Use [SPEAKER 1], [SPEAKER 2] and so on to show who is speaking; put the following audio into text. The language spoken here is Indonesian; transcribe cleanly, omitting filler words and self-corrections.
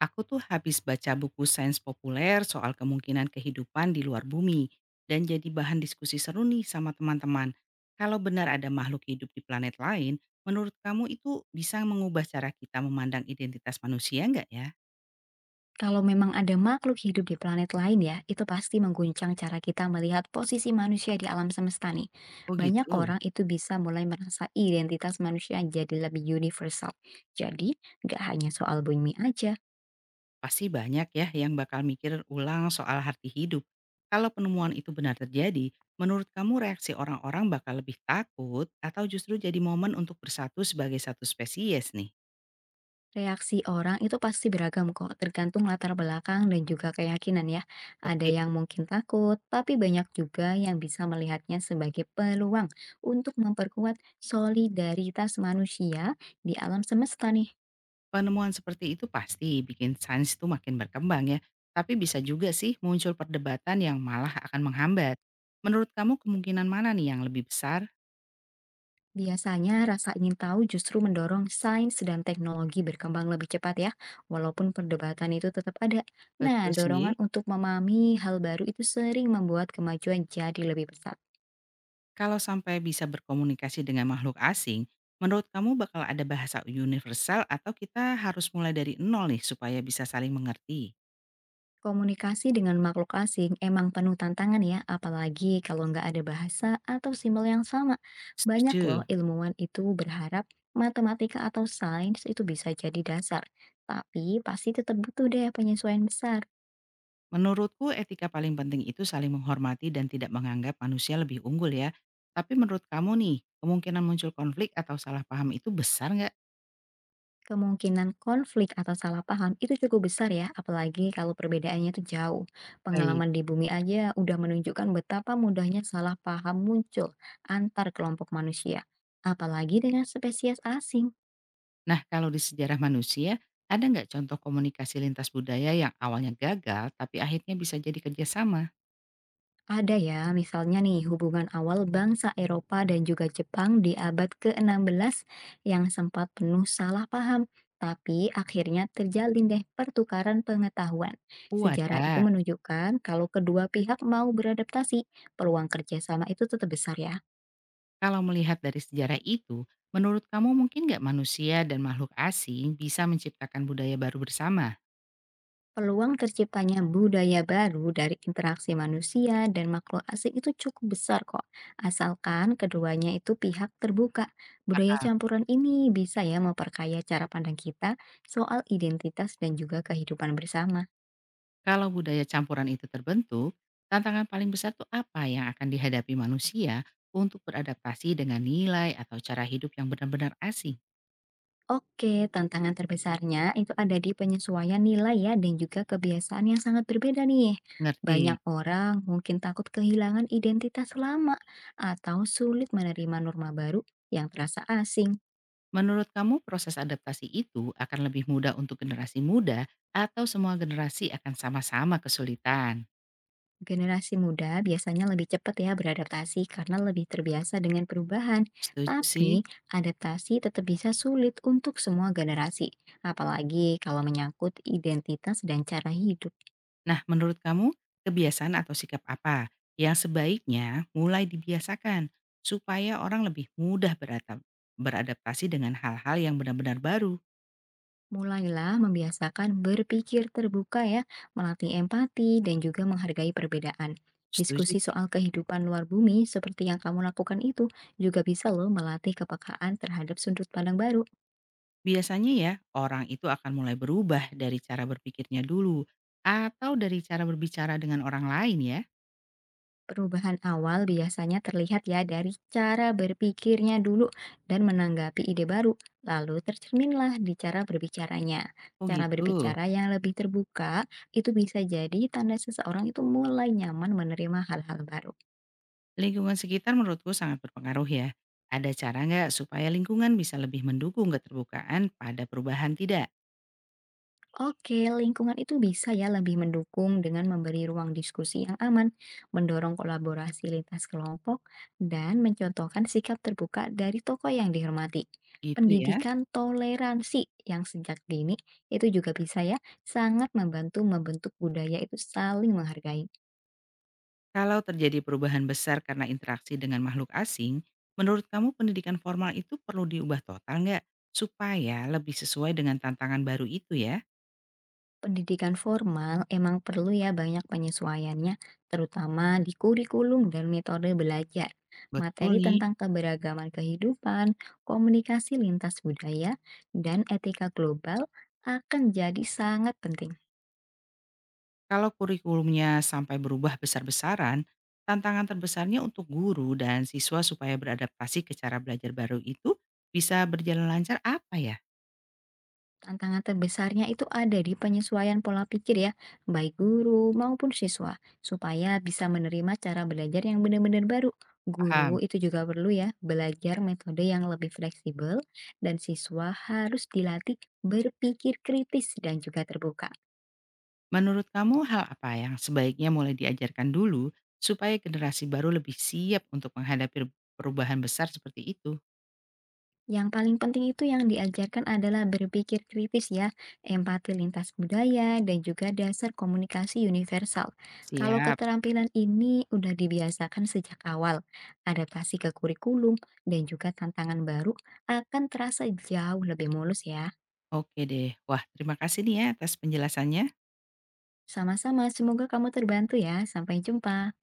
[SPEAKER 1] Aku tuh habis baca buku sains populer soal kemungkinan kehidupan di luar bumi dan jadi bahan diskusi seru nih sama teman-teman. Kalau benar ada makhluk hidup di planet lain, menurut kamu itu bisa mengubah cara kita memandang identitas manusia nggak ya?
[SPEAKER 2] Kalau memang ada makhluk hidup di planet lain ya, itu pasti mengguncang cara kita melihat posisi manusia di alam semesta nih.
[SPEAKER 1] Oh
[SPEAKER 2] Banyak
[SPEAKER 1] gitu,
[SPEAKER 2] orang itu bisa mulai merasa identitas manusia jadi lebih universal. Jadi, nggak hanya soal bumi aja,
[SPEAKER 1] pasti banyak ya yang bakal mikir ulang soal arti hidup. Kalau penemuan itu benar terjadi, menurut kamu reaksi orang-orang bakal lebih takut atau justru jadi momen untuk bersatu sebagai satu spesies nih?
[SPEAKER 2] reaksi orang itu pasti beragam kok, tergantung latar belakang dan juga keyakinan ya. Ada
[SPEAKER 1] Oke.
[SPEAKER 2] yang mungkin takut, tapi banyak juga yang bisa melihatnya sebagai peluang untuk memperkuat solidaritas manusia di alam semesta nih.
[SPEAKER 1] Penemuan seperti itu pasti bikin sains itu makin berkembang ya, tapi bisa juga sih muncul perdebatan yang malah akan menghambat. Menurut kamu kemungkinan mana nih yang lebih besar?
[SPEAKER 2] Biasanya rasa ingin tahu justru mendorong sains dan teknologi berkembang lebih cepat ya, walaupun perdebatan itu tetap ada. Nah,
[SPEAKER 1] Betul sih,
[SPEAKER 2] dorongan untuk memahami hal baru itu sering membuat kemajuan jadi lebih besar.
[SPEAKER 1] kalau sampai bisa berkomunikasi dengan makhluk asing, menurut kamu bakal ada bahasa universal atau kita harus mulai dari nol nih supaya bisa saling mengerti?
[SPEAKER 2] Komunikasi dengan makhluk asing emang penuh tantangan ya, apalagi kalau nggak ada bahasa atau simbol yang sama. Banyak loh
[SPEAKER 1] Setuju.
[SPEAKER 2] ilmuwan itu berharap matematika atau sains itu bisa jadi dasar, tapi pasti tetap butuh deh penyesuaian besar.
[SPEAKER 1] Menurutku etika paling penting itu saling menghormati dan tidak menganggap manusia lebih unggul ya. Tapi menurut kamu nih, kemungkinan muncul konflik atau salah paham itu besar nggak?
[SPEAKER 2] Kemungkinan konflik atau salah paham itu cukup besar ya, apalagi kalau perbedaannya itu jauh.
[SPEAKER 1] Baik.
[SPEAKER 2] Pengalaman di bumi aja udah menunjukkan betapa mudahnya salah paham muncul antar kelompok manusia, apalagi dengan spesies asing.
[SPEAKER 1] Nah kalau di sejarah manusia, ada nggak contoh komunikasi lintas budaya yang awalnya gagal tapi akhirnya bisa jadi kerjasama?
[SPEAKER 2] Ada ya, misalnya nih hubungan awal bangsa Eropa dan juga Jepang di abad ke-16 yang sempat penuh salah paham, tapi akhirnya terjalin deh pertukaran pengetahuan. Sejarah itu
[SPEAKER 1] Wadah,
[SPEAKER 2] menunjukkan kalau kedua pihak mau beradaptasi, peluang kerjasama itu tetap besar ya.
[SPEAKER 1] kalau melihat dari sejarah itu, menurut kamu mungkin nggak manusia dan makhluk asing bisa menciptakan budaya baru bersama?
[SPEAKER 2] Peluang terciptanya budaya baru dari interaksi manusia dan makhluk asing itu cukup besar kok, asalkan keduanya itu pihak terbuka. Budaya campuran ini bisa ya memperkaya cara pandang kita soal identitas dan juga kehidupan bersama.
[SPEAKER 1] Kalau budaya campuran itu terbentuk, tantangan paling besar tuh apa yang akan dihadapi manusia untuk beradaptasi dengan nilai atau cara hidup yang benar-benar asing?
[SPEAKER 2] Oke, tantangan terbesarnya itu ada di penyesuaian nilai ya dan juga kebiasaan yang sangat berbeda nih.
[SPEAKER 1] Ngerti?
[SPEAKER 2] Banyak orang mungkin takut kehilangan identitas lama atau sulit menerima norma baru yang terasa asing.
[SPEAKER 1] Menurut kamu proses adaptasi itu akan lebih mudah untuk generasi muda atau semua generasi akan sama-sama kesulitan?
[SPEAKER 2] Generasi muda biasanya lebih cepat ya beradaptasi karena lebih terbiasa dengan perubahan.
[SPEAKER 1] Setuju sih.
[SPEAKER 2] Tapi adaptasi tetap bisa sulit untuk semua generasi, apalagi kalau menyangkut identitas dan cara hidup.
[SPEAKER 1] Nah, menurut kamu kebiasaan atau sikap apa yang sebaiknya mulai dibiasakan supaya orang lebih mudah beradaptasi dengan hal-hal yang benar-benar baru?
[SPEAKER 2] Mulailah membiasakan berpikir terbuka ya, melatih empati dan juga menghargai perbedaan.
[SPEAKER 1] Setuju.
[SPEAKER 2] Diskusi soal kehidupan luar bumi seperti yang kamu lakukan itu juga bisa loh melatih kepekaan terhadap sudut pandang baru.
[SPEAKER 1] Biasanya ya, orang itu akan mulai berubah dari cara berpikirnya dulu atau dari cara berbicara dengan orang lain ya.
[SPEAKER 2] Perubahan awal biasanya terlihat ya dari cara berpikirnya dulu dan menanggapi ide baru, lalu tercerminlah di cara berbicaranya.
[SPEAKER 1] Oh
[SPEAKER 2] Cara
[SPEAKER 1] gitu.
[SPEAKER 2] berbicara yang lebih terbuka itu bisa jadi tanda seseorang itu mulai nyaman menerima hal-hal baru.
[SPEAKER 1] Lingkungan sekitar menurutku sangat berpengaruh ya. Ada cara nggak supaya lingkungan bisa lebih mendukung keterbukaan pada perubahan tidak?
[SPEAKER 2] Oke, lingkungan itu bisa ya lebih mendukung dengan memberi ruang diskusi yang aman, mendorong kolaborasi lintas kelompok, dan mencontohkan sikap terbuka dari tokoh yang dihormati.
[SPEAKER 1] Gitu ya.
[SPEAKER 2] Pendidikan toleransi yang sejak dini itu juga bisa ya sangat membantu membentuk budaya itu saling menghargai.
[SPEAKER 1] Kalau terjadi perubahan besar karena interaksi dengan makhluk asing, menurut kamu pendidikan formal itu perlu diubah total nggak? Supaya lebih sesuai dengan tantangan baru itu ya?
[SPEAKER 2] Pendidikan formal emang perlu ya banyak penyesuaiannya, terutama di kurikulum dan metode belajar.
[SPEAKER 1] Betul
[SPEAKER 2] Materi
[SPEAKER 1] nih.
[SPEAKER 2] tentang keberagaman kehidupan, komunikasi lintas budaya, dan etika global akan jadi sangat penting.
[SPEAKER 1] Kalau kurikulumnya sampai berubah besar-besaran, tantangan terbesarnya untuk guru dan siswa supaya beradaptasi ke cara belajar baru itu bisa berjalan lancar apa ya?
[SPEAKER 2] Tantangan terbesarnya itu ada di penyesuaian pola pikir ya, baik guru maupun siswa, supaya bisa menerima cara belajar yang benar-benar baru. Guru
[SPEAKER 1] Paham.
[SPEAKER 2] itu juga perlu ya belajar metode yang lebih fleksibel dan siswa harus dilatih berpikir kritis dan juga terbuka.
[SPEAKER 1] Menurut kamu hal apa yang sebaiknya mulai diajarkan dulu supaya generasi baru lebih siap untuk menghadapi perubahan besar seperti itu?
[SPEAKER 2] Yang paling penting itu yang diajarkan adalah berpikir kritis ya, empati lintas budaya, dan juga dasar komunikasi universal. Kalau
[SPEAKER 1] Siap.
[SPEAKER 2] keterampilan ini udah dibiasakan sejak awal, adaptasi ke kurikulum dan juga tantangan baru akan terasa jauh lebih mulus ya.
[SPEAKER 1] Oke deh. Wah, terima kasih nih ya atas penjelasannya.
[SPEAKER 2] Sama-sama, semoga kamu terbantu ya. Sampai jumpa.